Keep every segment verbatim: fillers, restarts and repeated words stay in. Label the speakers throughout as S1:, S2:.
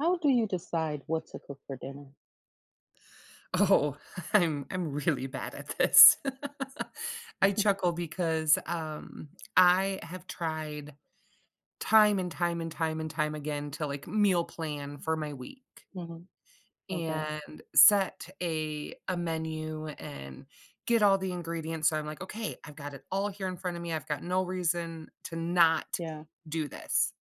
S1: How do you decide what to cook for dinner?
S2: Oh, I'm I'm really bad at this. I chuckle because, um, I have tried time and time and time and time again to, like, meal plan for my week
S1: Mhm. Okay.
S2: and set a a menu and get all the ingredients, so I'm like, "Okay, I've got it all here in front of me, I've got no reason to not
S1: Yeah.
S2: do this."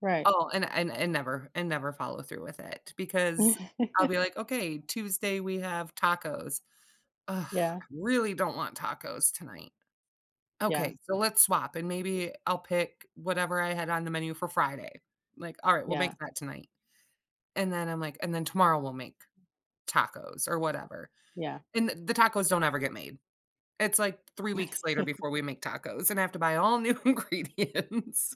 S1: Right.
S2: Oh, and and and never and never follow through with it because I'll be like, "Okay, Tuesday we have tacos." Ugh, I
S1: Yeah.
S2: really don't want tacos tonight.
S1: Yeah.
S2: Okay, so let's swap and maybe I'll pick whatever I had on the menu for Friday. Like, all right, we'll make
S1: Yeah.
S2: that tonight. And then I'm like, and then tomorrow we'll make tacos or whatever.
S1: Yeah.
S2: And th- the tacos don't ever get made. It's like three weeks later before we make tacos and I have to buy all new ingredients.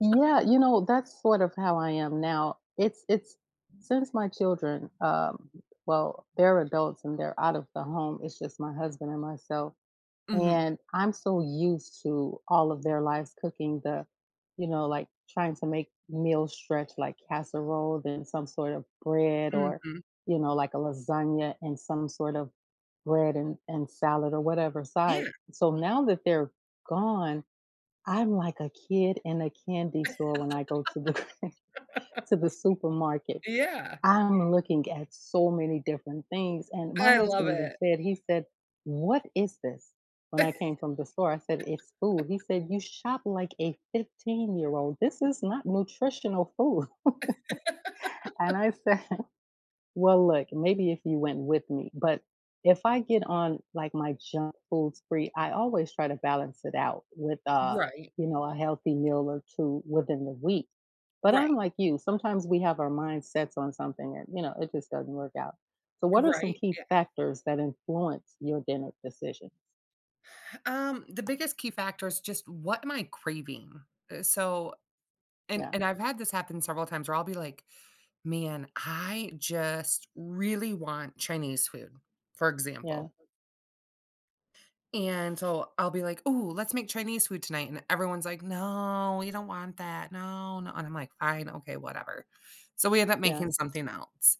S1: Yeah, you know, that's sort of how I am now. It's it's since my children, um, well, they're adults and they're out of the home. It's just my husband and myself.
S2: Hmm
S1: And I'm so used to all of their lives cooking the, you know, like trying to make meals stretch, like casserole, then some sort of bread, or,
S2: hmm
S1: you know, like a lasagna and some sort of bread and, and salad or whatever side.
S2: Yeah.
S1: So now that they're gone, I'm like a kid in a candy store when I go to the to the supermarket.
S2: Yeah.
S1: I'm looking at so many different things. And my
S2: I love
S1: husband even
S2: it.
S1: said, he said, "What is this?" When I came from the store, I said, "It's food." He said, "You shop like a fifteen year old. This is not nutritional food." And I said, well, look, maybe if you went with me, but if I get on like my junk food spree, I always try to balance it out with uh,
S2: Right.
S1: you know, a healthy meal or two within the week. But
S2: Right.
S1: I'm like you, sometimes we have our mind sets on something, and you know, it just doesn't work out. So what are some
S2: Right.
S1: key
S2: Yeah.
S1: factors that influence your dinner decisions?
S2: Um, the biggest key factor is just what am I craving? Uh, So And
S1: Yeah.
S2: and I've had this happen several times where I'll be like, "Man, I just really want Chinese food," for
S1: Yeah.
S2: example. And so I'll be like, "Ooh, let's make Chinese food tonight." And everyone's like, "No, we don't want that. No, no." And I'm like, "Fine, okay, whatever." So we end up
S1: Yeah.
S2: making something else.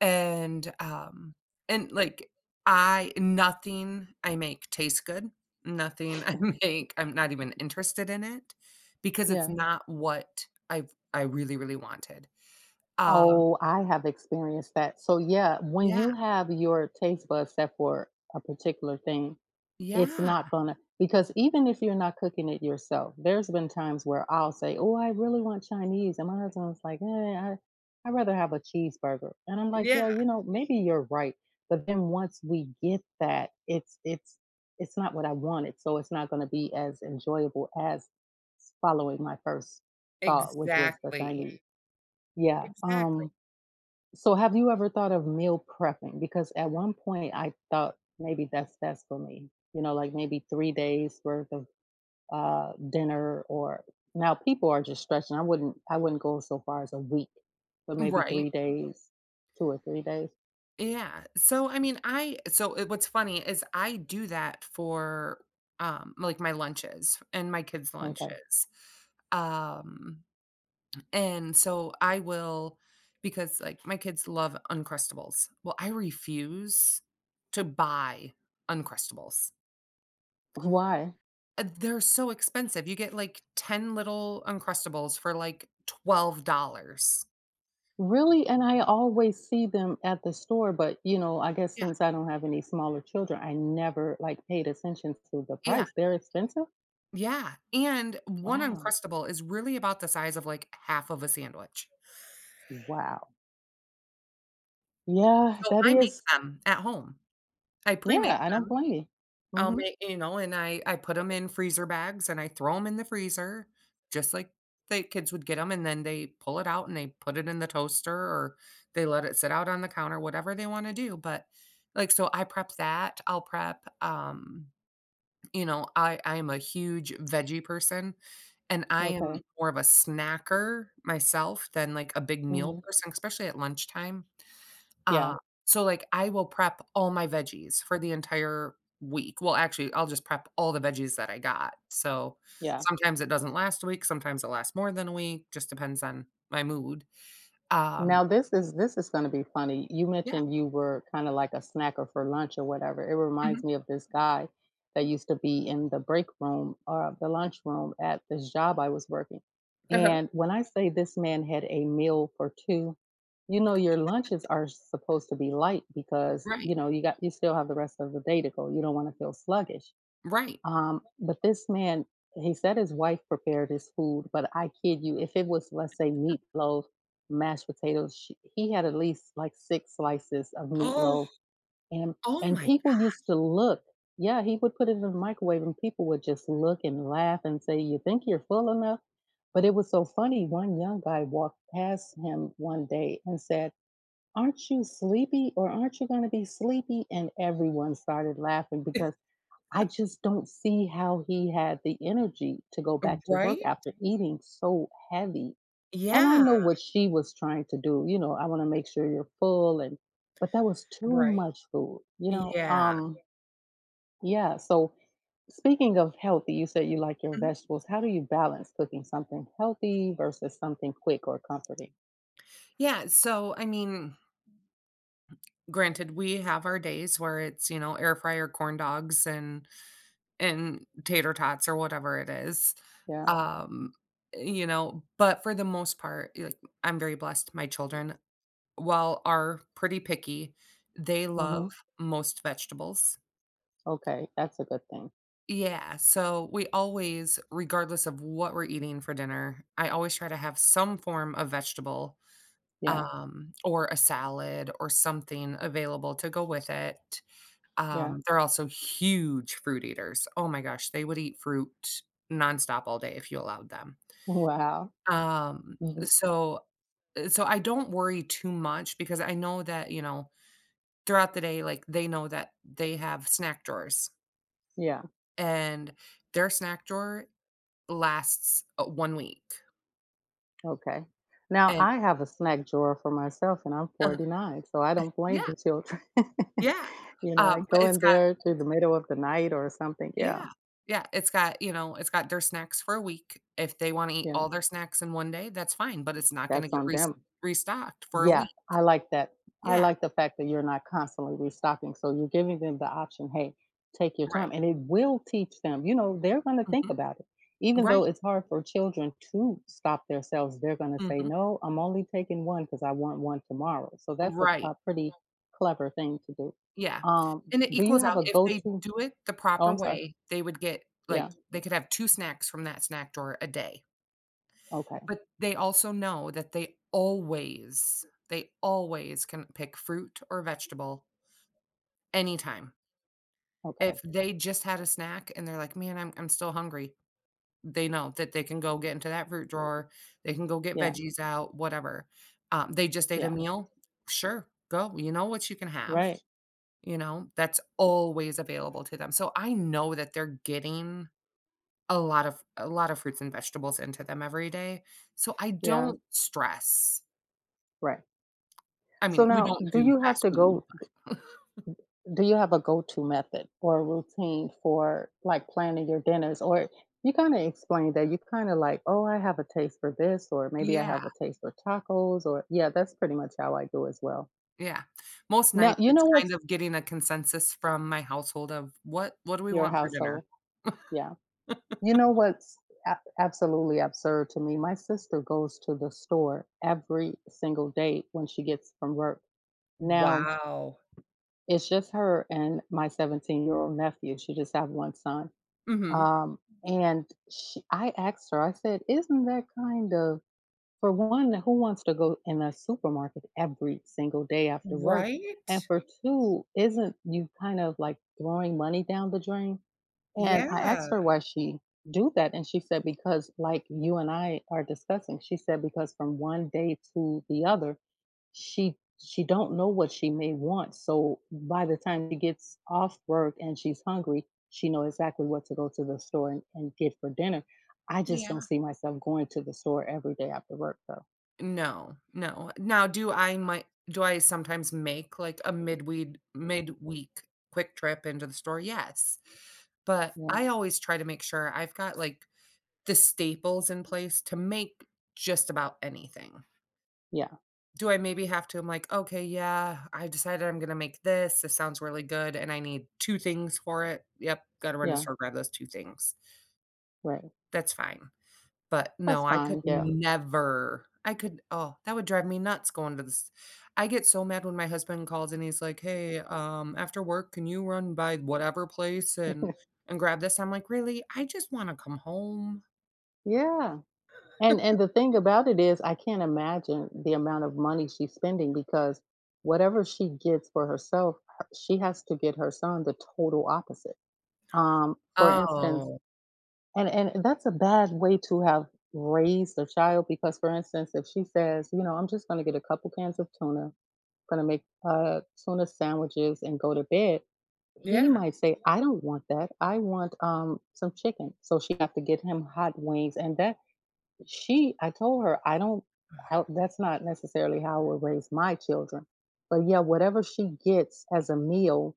S2: And, um, and like I nothing I make tastes good. Nothing I make, I'm not even interested in it because it's
S1: Yeah.
S2: not what I've I really, really wanted. Um,
S1: Oh, I have experienced that. So yeah, when
S2: yeah,
S1: you have your taste buds set for a particular thing, it's
S2: yeah.
S1: not gonna. Because even if you're not cooking it yourself, there's been times where I'll say, "Oh, I really want Chinese," and my husband's like, "Eh, I i rather have a cheeseburger." And I'm like,
S2: Yeah,
S1: "Yeah, you know, maybe you're right." But then once we get that, it's it's it's not what I wanted, so it's not gonna be as enjoyable as following my first thought, which was the
S2: exactly,
S1: Chinese. Yeah,
S2: exactly.
S1: um so have you ever thought of meal prepping? Because at one point I thought maybe that's that's for me. You know, like maybe three days worth of uh dinner, or now people are just stretching. I wouldn't I wouldn't go so far as a week, but maybe
S2: Right,
S1: three days, two or three days.
S2: yeah. So, I mean, I so, uh, what's funny is I do that for, um, like, my lunches and my kids'
S1: Okay.
S2: lunches. Um, and so I will because, like, my kids love Uncrustables. Well, I refuse to buy Uncrustables.
S1: Why?
S2: Uh, they're so expensive. You get, like, ten little Uncrustables for, like, twelve dollars.
S1: Really? And I always see them at the store, but you know, I guess
S2: Yeah,
S1: since I don't have any smaller children, I never like paid attention to the
S2: yeah,
S1: price. They're expensive?
S2: yeah, and one
S1: Wow.
S2: Uncrustable is really about the size of, like, half of a sandwich.
S1: Wow. Yeah,
S2: So,
S1: that
S2: I make
S1: is.
S2: them at home. I pre-make
S1: Yeah, I don't
S2: them.
S1: blame you.
S2: I'll
S1: Mhm.
S2: make you know, and I I put them in freezer bags, and I throw them in the freezer just like the kids would get them. And then they pull it out, and they put it in the toaster, or they let it sit out on the counter, whatever they wanna do, but, like so I prep that. I'll prep, um you know, I I am a huge veggie person, and I am
S1: Okay.
S2: more of a snacker myself than, like, a big meal
S1: Mhm.
S2: person, especially at lunchtime. Uh,
S1: Yeah,
S2: so, like, I will prep all my veggies for the entire week. Well, actually, I'll just prep all the veggies that I got. So,
S1: yeah.
S2: sometimes it doesn't last a week, sometimes it lasts more than a week, just depends on my mood. Um
S1: Now this is this is gonna be funny. You
S2: Yeah.
S1: mentioned you were kinda like a snacker for lunch or whatever. It
S2: Mhm.
S1: reminds me of this guy that used to be in the break room or the lunch room at this job I was working.
S2: Uh-huh.
S1: And when I say this man had a meal for two, you know, your lunches are supposed to be light because,
S2: Right.
S1: you know, you got you still have the rest of the day to go. You don't want to feel sluggish.
S2: Right.
S1: Um, but this man, he said his wife prepared his food, but I kid you, if it was, let's say, meatloaf, mashed potatoes, she, he had at least like six slices of
S2: Oh,
S1: meatloaf, and
S2: oh
S1: and
S2: my g
S1: people used to look. Yeah, he would put it in the microwave, and people would just look and laugh and say, "You think you're full enough?" But it was so funny. One young guy walked past him one day and said, "Aren't you sleepy, or aren't you going to be sleepy?" And everyone started laughing because I just don't see how he had the energy to go back to work
S2: Right?
S1: after eating so heavy. And I
S2: Yeah.
S1: know what she was trying to do, you know, I want to make sure you're full, and but that was too
S2: Right?
S1: much food, you know.
S2: Yeah.
S1: Um yeah, so speaking of healthy, you said you like your
S2: Mhm.
S1: vegetables. How do you balance cooking something healthy versus something quick or comforting?
S2: Yeah, so I mean, granted, we have our days where it's, you know, air fryer corn dogs and and tater tots or whatever it is.
S1: Yeah.
S2: Um, you know, but for the most part, like I'm very blessed. My children, while are pretty picky, they love
S1: Mhm.
S2: most vegetables.
S1: Okay, that's a good thing.
S2: Yeah, so we always, regardless of what we're eating for dinner, I always try to have some form of vegetable
S1: Yeah.
S2: um, or a salad or something available to go with it.
S1: Yeah.
S2: Um, they're also huge fruit eaters. Oh my gosh, they would eat fruit nonstop all day if you allowed them.
S1: Wow.
S2: Um,
S1: Mhm.
S2: so uh, so I don't worry too much because I know that, you know, throughout the day, like they know that they have snack drawers
S1: Yeah.
S2: and their snack drawer lasts uh, one week.
S1: Okay. Now
S2: And
S1: I have a snack drawer for myself and I'm
S2: uh,
S1: forty-nine, so I don't
S2: yeah,
S1: blame the children.
S2: yeah.
S1: You know, I
S2: Um, but
S1: go
S2: it's
S1: in
S2: got
S1: there to the middle of the night or something.
S2: Yeah.
S1: Yeah,
S2: Yeah, it's got, you know, it's got their snacks for a week. If they wanna eat
S1: yeah.
S2: all their snacks in one day, that's fine, but it's not gonna
S1: That's
S2: get
S1: on
S2: res
S1: them.
S2: restocked for a
S1: Yeah,
S2: week.
S1: I like that. I
S2: Yeah,
S1: like the fact that you're not constantly restocking. So you're giving them the option, hey, take your
S2: right.
S1: time. And it will teach them, you know, they're going to think
S2: Mhm.
S1: about it. Even
S2: Right.
S1: though it's hard for children to stop themselves, they're going to say,
S2: Mhm.
S1: no, I'm only taking one because I want one tomorrow. So that's a,
S2: Right.
S1: a pretty clever thing to do.
S2: Yeah.
S1: Um,
S2: And it
S1: do you
S2: equals
S1: have
S2: out
S1: a
S2: if
S1: go
S2: they
S1: to?
S2: do it the
S1: Oh,
S2: proper
S1: I'm sorry.
S2: way, they would get,
S1: Yeah.
S2: like they could have two snacks from that snack drawer a day.
S1: Okay.
S2: But they also know that they always they always can pick fruit or vegetable anytime. If
S1: Okay.
S2: they just had a snack and they're like, "Man, I'm I'm still hungry." They know that they can go get into that fruit drawer, they can go get
S1: Yeah.
S2: veggies out, whatever. Um, they just ate a
S1: Yeah.
S2: meal? Sure, go, you know what you can have,
S1: Right.
S2: you know, that's always available to them. So I know that they're getting a lot of a lot of fruits and vegetables into them every day. So I
S1: Yeah.
S2: don't stress.
S1: Right.
S2: I
S1: So
S2: mean, we
S1: now,
S2: don't
S1: do
S2: do
S1: you have
S2: fast
S1: to
S2: food,
S1: go
S2: but
S1: do you have a go-to method or a routine for, like, planning your dinners? Or you kinda explained that you kinda like, "Oh, I have a taste for this," or, "Maybe I
S2: Yeah.
S1: have a taste for tacos," or yeah, that's pretty much how I do as well.
S2: Yeah. Most
S1: Now,
S2: nights,
S1: you
S2: it's
S1: know
S2: kind
S1: what's
S2: of getting a consensus from my household of what what do we
S1: your
S2: want for dinner?
S1: household, yeah. You know what's ab absolutely absurd to me? My sister goes to the store every single day when she gets from work. Now,
S2: Wow.
S1: it's just her and my seventeen-year-old nephew. She just have one son.
S2: Mhm.
S1: Um, and she, I asked her, I said, isn't that kind of, for one, who wants to go in a supermarket every single day after work? And
S2: Right?
S1: for two, isn't you kind of like throwing money down the drain? And I
S2: Yeah.
S1: asked her why she do that, and she said, "Because like you and I are discussing," she said, "Because from one day to the other, she she don't know what she may want. So by the time she gets off work and she's hungry, she know exactly what to go to the store and, and get for dinner." I just don't
S2: Yeah.
S1: see myself going to the store every day after work, though.
S2: No, no. Now do I might do I sometimes make, like, a midweek midweek quick trip into the store? Yes. But
S1: Yeah,
S2: I always try to make sure I've got, like, the staples in place to make just about anything.
S1: yeah,
S2: Do I maybe have to I'm like, "Okay, yeah, I decided I'm gonna make this. This sounds really good, and I need two things for it. Yep, gotta run to the
S1: yeah,
S2: store, grab those two things."
S1: right.
S2: That's fine. But
S1: That's
S2: no, I could
S1: fine. Yeah,
S2: never. I could oh, that would drive me nuts going to this. I get so mad when my husband calls and he's like, "Hey, um, after work, can you run by whatever place and and grab this?" I'm like, "Really? I just wanna come home."
S1: yeah. And and the thing about it is I can't imagine the amount of money she's spending because whatever she gets for herself, her she has to get her son the total opposite. Um, for instance,
S2: Oh,
S1: and and that's a bad way to have raised a child because, for instance, if she says, you know, "I'm just gonna get a couple cans of tuna, gonna make, uh, tuna sandwiches and go to bed," he
S2: yeah.
S1: might say, "I don't want that, I want, um, some chicken." So she have to get him hot wings, and that she I told her, "I don't how that's not necessarily how I would raise my children." But, yeah, whatever she gets as a meal,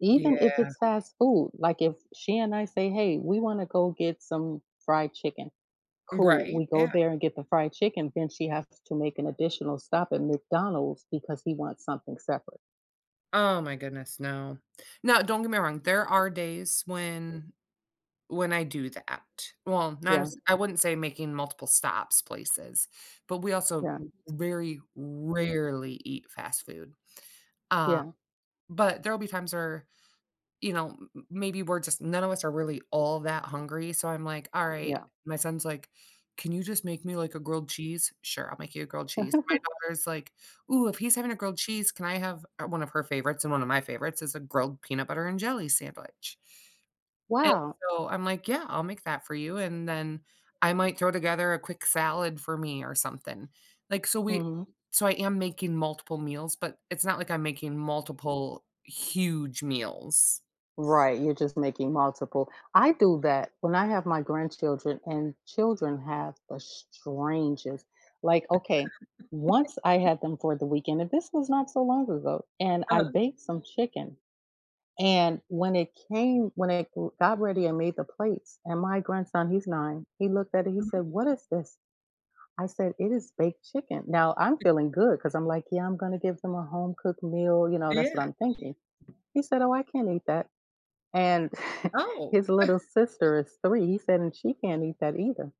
S1: even if
S2: Yeah.
S1: it's fast food, like, if she and I say, "Hey, we wanna go get some fried chicken." Cool,
S2: Right,
S1: we go
S2: yeah.
S1: there and get the fried chicken, then she has to make an additional stop at McDonald's because he wants something separate.
S2: Oh my goodness, no. Now, don't get me wrong, there are days when when I do that. Well, not
S1: Yeah,
S2: as I wouldn't say making multiple stops places, but we also
S1: yeah,
S2: very rarely eat fast food. Uh,
S1: yeah,
S2: but there'll be times where you know, m maybe we're just none of us are really all that hungry, so I'm like, "Alright."
S1: yeah.
S2: My son's like, "Can you just make me, like, a grilled cheese?" "Sure, I'll make you a grilled cheese." My daughter's like, "Ooh, if he's having a grilled cheese, can I have" uh, one of her favorites and one of my favorites is a grilled peanut butter and jelly sandwich. And
S1: Wow.
S2: so I'm like, "Yeah, I'll make that for you," and then I might throw together a quick salad for me or something. Like, so we
S1: Mhm.
S2: so I am making multiple meals, but it's not like I'm making multiple huge meals.
S1: Right, you're just making multiple. I do that when I have my grandchildren, and children have the strangest. Like, okay, once I had them for the weekend, and this was not so long ago, and I baked some chicken. And when it came, when it got ready, I made the plates. And my grandson, he's nine, he looked at it, he said, "What is this?" I said, "It is baked chicken." Now I'm feeling good because I'm like, yeah, I'm going to give them a home cooked meal. You know, that's
S2: Yeah.
S1: what I'm thinking. He said, "Oh, I can't eat that." And
S2: Oh.
S1: his little sister is three. He said, and she can't eat that either.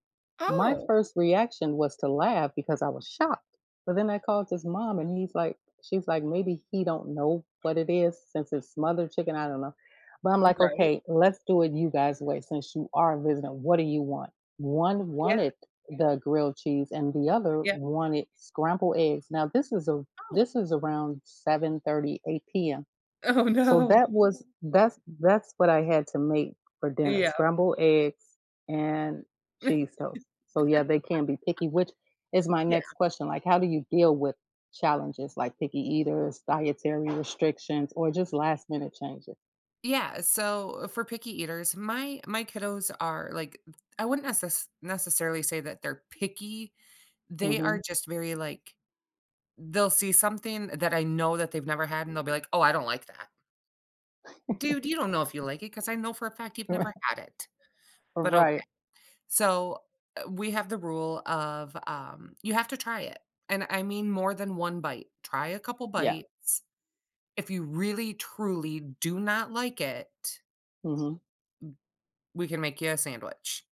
S1: My
S2: Oh,
S1: first reaction was to laugh because I was shocked. But then I called his mom, and he's like, she's like, maybe he don't know what it is since it's smothered chicken. I don't know. But I'm like,
S2: right.
S1: okay, let's do it you guys' way since you are visiting. What do you want? One
S2: Yeah,
S1: wanted the grilled cheese and the other
S2: yeah.
S1: wanted scrambled eggs. Now this is a
S2: Oh.
S1: this is around seven thirty, p.m,
S2: Oh,
S1: so
S2: no.
S1: that was that's that's what I had to make for dinner,
S2: Yeah.
S1: scrambled eggs and cheese toast. So yeah, they can be picky, which is my
S2: Yeah.
S1: next question. Like, how do you deal with challenges like picky eaters, dietary restrictions, or just last minute changes?
S2: Yeah, so for picky eaters, my my kiddos are like I wouldn't necess necessarily say that they're picky. They
S1: Hmm.
S2: are Mhm. just very, like they'll see something that I know that they've never had, and they'll be like, "Oh, I don't like that." "Dude, you don't know if you like it because I know for a fact you've never had it." But, o
S1: Right.
S2: So, uh, we have the rule of, um, you have to try it, and I mean more than one bite. Try a couple
S1: Yeah.
S2: bites. If you really, truly do not like it,
S1: Hmm.
S2: we can make you a sandwich.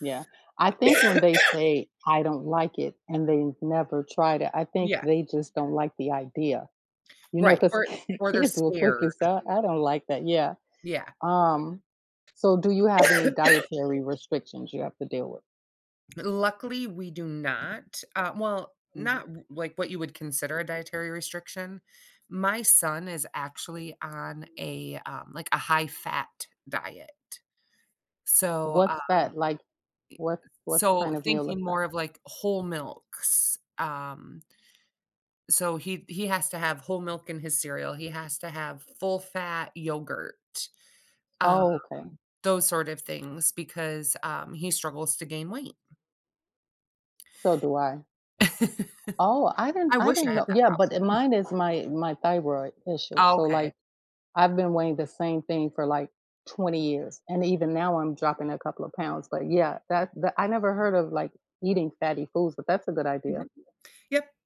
S1: Yeah. I think when they say I don't like it and they never tried it, I think
S2: Yeah,
S1: they just don't like the idea. You know,
S2: right,
S1: because
S2: or or they're
S1: kids will quickly
S2: scared.
S1: say, I don't like that. Yeah.
S2: Yeah.
S1: Um, so do you have any dietary restrictions you have to deal with?
S2: Luckily, we do not, uh, well, not
S1: Mhm.
S2: w like what you would consider a dietary restriction. My son is actually on a, um, like, a high-fat diet. So,
S1: What's that like? What what
S2: So,
S1: kind of meal
S2: thinking
S1: is that?
S2: more of, like, whole milks, um, so he he has to have whole milk in his cereal, he has to have full-fat yogurt, um,
S1: Oh, okay.
S2: those sort of things because, um, he struggles to gain weight.
S1: So do I. Oh, I didn't
S2: I
S1: I
S2: wish I
S1: didn't
S2: had
S1: know.
S2: that
S1: Yeah, but
S2: problem.
S1: it- mine is my my thyroid issue. So
S2: Okay.
S1: like I've been weighing the same thing for like twenty years, and even now I'm dropping a couple of pounds. But yeah, that, that I never heard of like eating fatty foods, but that's a good
S2: Mhm.
S1: idea.
S2: Yep.